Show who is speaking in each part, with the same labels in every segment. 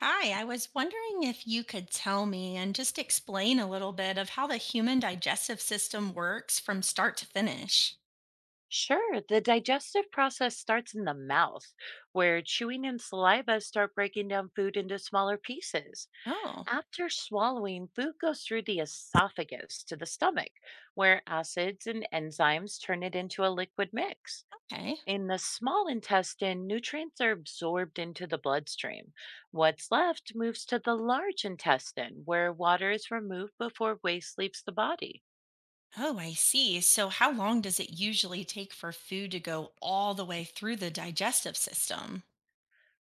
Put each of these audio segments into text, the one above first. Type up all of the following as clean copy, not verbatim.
Speaker 1: Hi, I was wondering if you could tell me and just explain a little bit of how the human digestive system works from start to finish.
Speaker 2: Sure, the digestive process starts in the mouth, where chewing and saliva start breaking down food into smaller pieces.
Speaker 1: Oh,
Speaker 2: After swallowing, food goes through the esophagus to the stomach, where acids and enzymes turn it into a liquid mix.
Speaker 1: okay.
Speaker 2: In the small intestine, nutrients are absorbed into the bloodstream. What's left moves to the large intestine, where water is removed before waste leaves the body.
Speaker 1: Oh, I see. So, how long does it usually take for food to go all the way through the digestive system?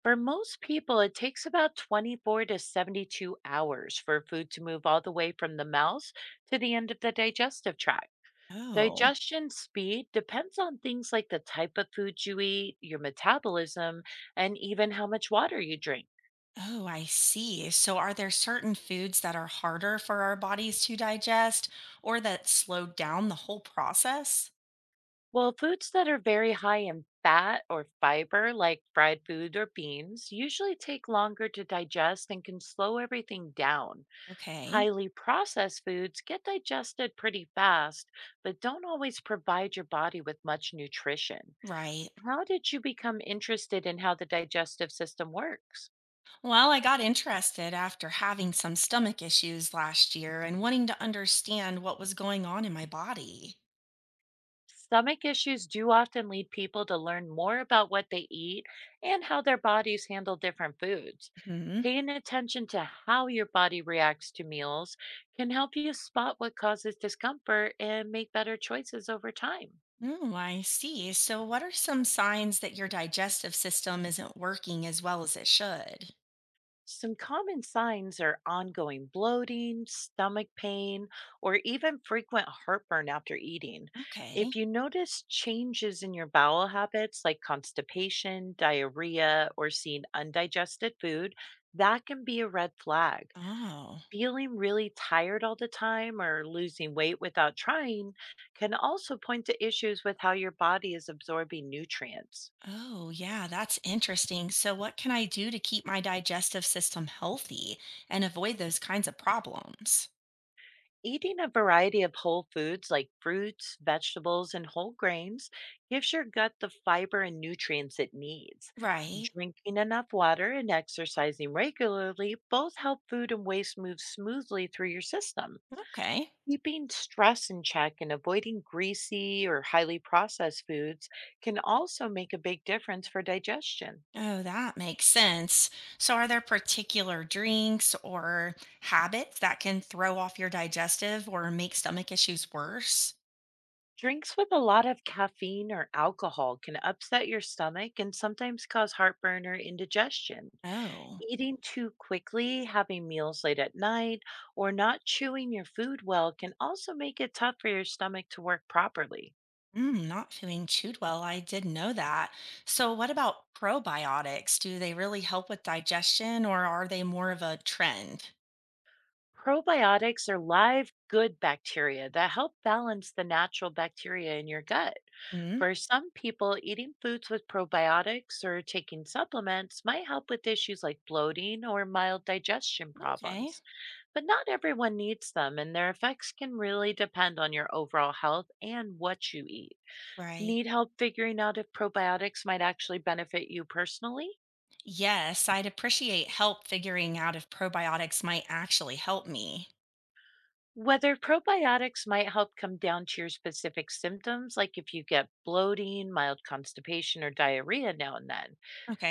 Speaker 2: For most people, it takes about 24 to 72 hours for food to move all the way from the mouth to the end of the digestive tract.
Speaker 1: Oh,
Speaker 2: Digestion speed depends on things like the type of food you eat, your metabolism, and even how much water you drink.
Speaker 1: oh, I see. So, are there certain foods that are harder for our bodies to digest or that slow down the whole process?
Speaker 2: Well, foods that are very high in fat or fiber, like fried food or beans, usually take longer to digest and can slow everything down.
Speaker 1: Okay,
Speaker 2: Highly processed foods get digested pretty fast, but don't always provide your body with much nutrition.
Speaker 1: right.
Speaker 2: How did you become interested in how the digestive system works?
Speaker 1: Well, I got interested after having some stomach issues last year and wanting to understand what was going on in my body.
Speaker 2: Stomach issues do often lead people to learn more about what they eat and how their bodies handle different foods.
Speaker 1: Hmm.
Speaker 2: Paying attention to how your body reacts to meals can help you spot what causes discomfort and make better choices over time.
Speaker 1: Oh, I see. So, what are some signs that your digestive system isn't working as well as it should?
Speaker 2: Some common signs are ongoing bloating, stomach pain, or even frequent heartburn after eating.
Speaker 1: Okay.
Speaker 2: If you notice changes in your bowel habits like constipation, diarrhea, or seeing undigested food, that can be a red flag.
Speaker 1: Oh,
Speaker 2: Feeling really tired all the time or losing weight without trying can also point to issues with how your body is absorbing nutrients.
Speaker 1: oh, yeah, that's interesting. So, what can I do to keep my digestive system healthy and avoid those kinds of problems?
Speaker 2: Eating a variety of whole foods like fruits, vegetables, and whole grains gives your gut the fiber and nutrients it needs.
Speaker 1: Right.
Speaker 2: Drinking enough water and exercising regularly both help food and waste move smoothly through your system.
Speaker 1: Okay.
Speaker 2: Keeping stress in check and avoiding greasy or highly processed foods can also make a big difference for digestion.
Speaker 1: Oh, that makes sense. So, are there particular drinks or habits that can throw off your digestive or make stomach issues worse?
Speaker 2: Drinks with a lot of caffeine or alcohol can upset your stomach and sometimes cause heartburn or indigestion.
Speaker 1: Oh,
Speaker 2: Eating too quickly, having meals late at night, or not chewing your food well can also make it tough for your stomach to work properly.
Speaker 1: not feeling chewed well. I did know that. So, what about probiotics? Do they really help with digestion or are they more of a trend?
Speaker 2: Probiotics are live, good bacteria that help balance the natural bacteria in your gut.
Speaker 1: Mm,
Speaker 2: For some people, eating foods with probiotics or taking supplements might help with issues like bloating or mild digestion
Speaker 1: okay,
Speaker 2: problems. But not everyone needs them, and their effects can really depend on your overall health and what you eat.
Speaker 1: right.
Speaker 2: Need help figuring out if probiotics might actually benefit you personally?
Speaker 1: Yes, I'd appreciate help figuring out if probiotics might actually help me.
Speaker 2: Whether probiotics might help come down to your specific symptoms, like if you get bloating, mild constipation, or diarrhea now and then.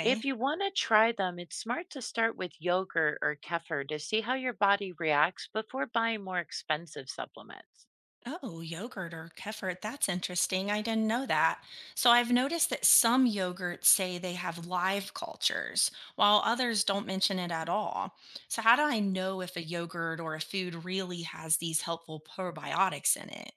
Speaker 2: If you want to try them, it's smart to start with yogurt or kefir to see how your body reacts before buying more expensive supplements.
Speaker 1: Oh, yogurt or kefir. That's interesting. I didn't know that. So I've noticed that some yogurts say they have live cultures, while others don't mention it at all. So how do I know if a yogurt or a food really has these helpful probiotics in it?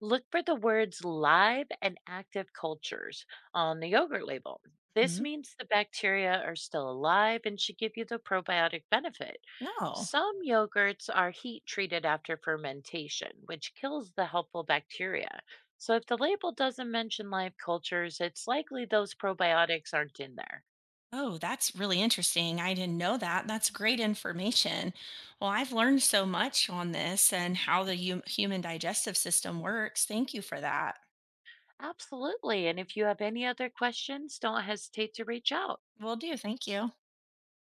Speaker 2: Look for the words live and active cultures on the yogurt label. This
Speaker 1: Mhm.
Speaker 2: means the bacteria are still alive and should give you the probiotic benefit.
Speaker 1: No.
Speaker 2: Some yogurts are heat treated after fermentation, which kills the helpful bacteria. So, if the label doesn't mention live cultures, it's likely those probiotics aren't in there.
Speaker 1: Oh, that's really interesting. I didn't know that. That's great information. Well, I've learned so much on this and how the human digestive system works. Thank you for that.
Speaker 2: Absolutely. And if you have any other questions, don't hesitate to reach out.
Speaker 1: Will do. Thank you.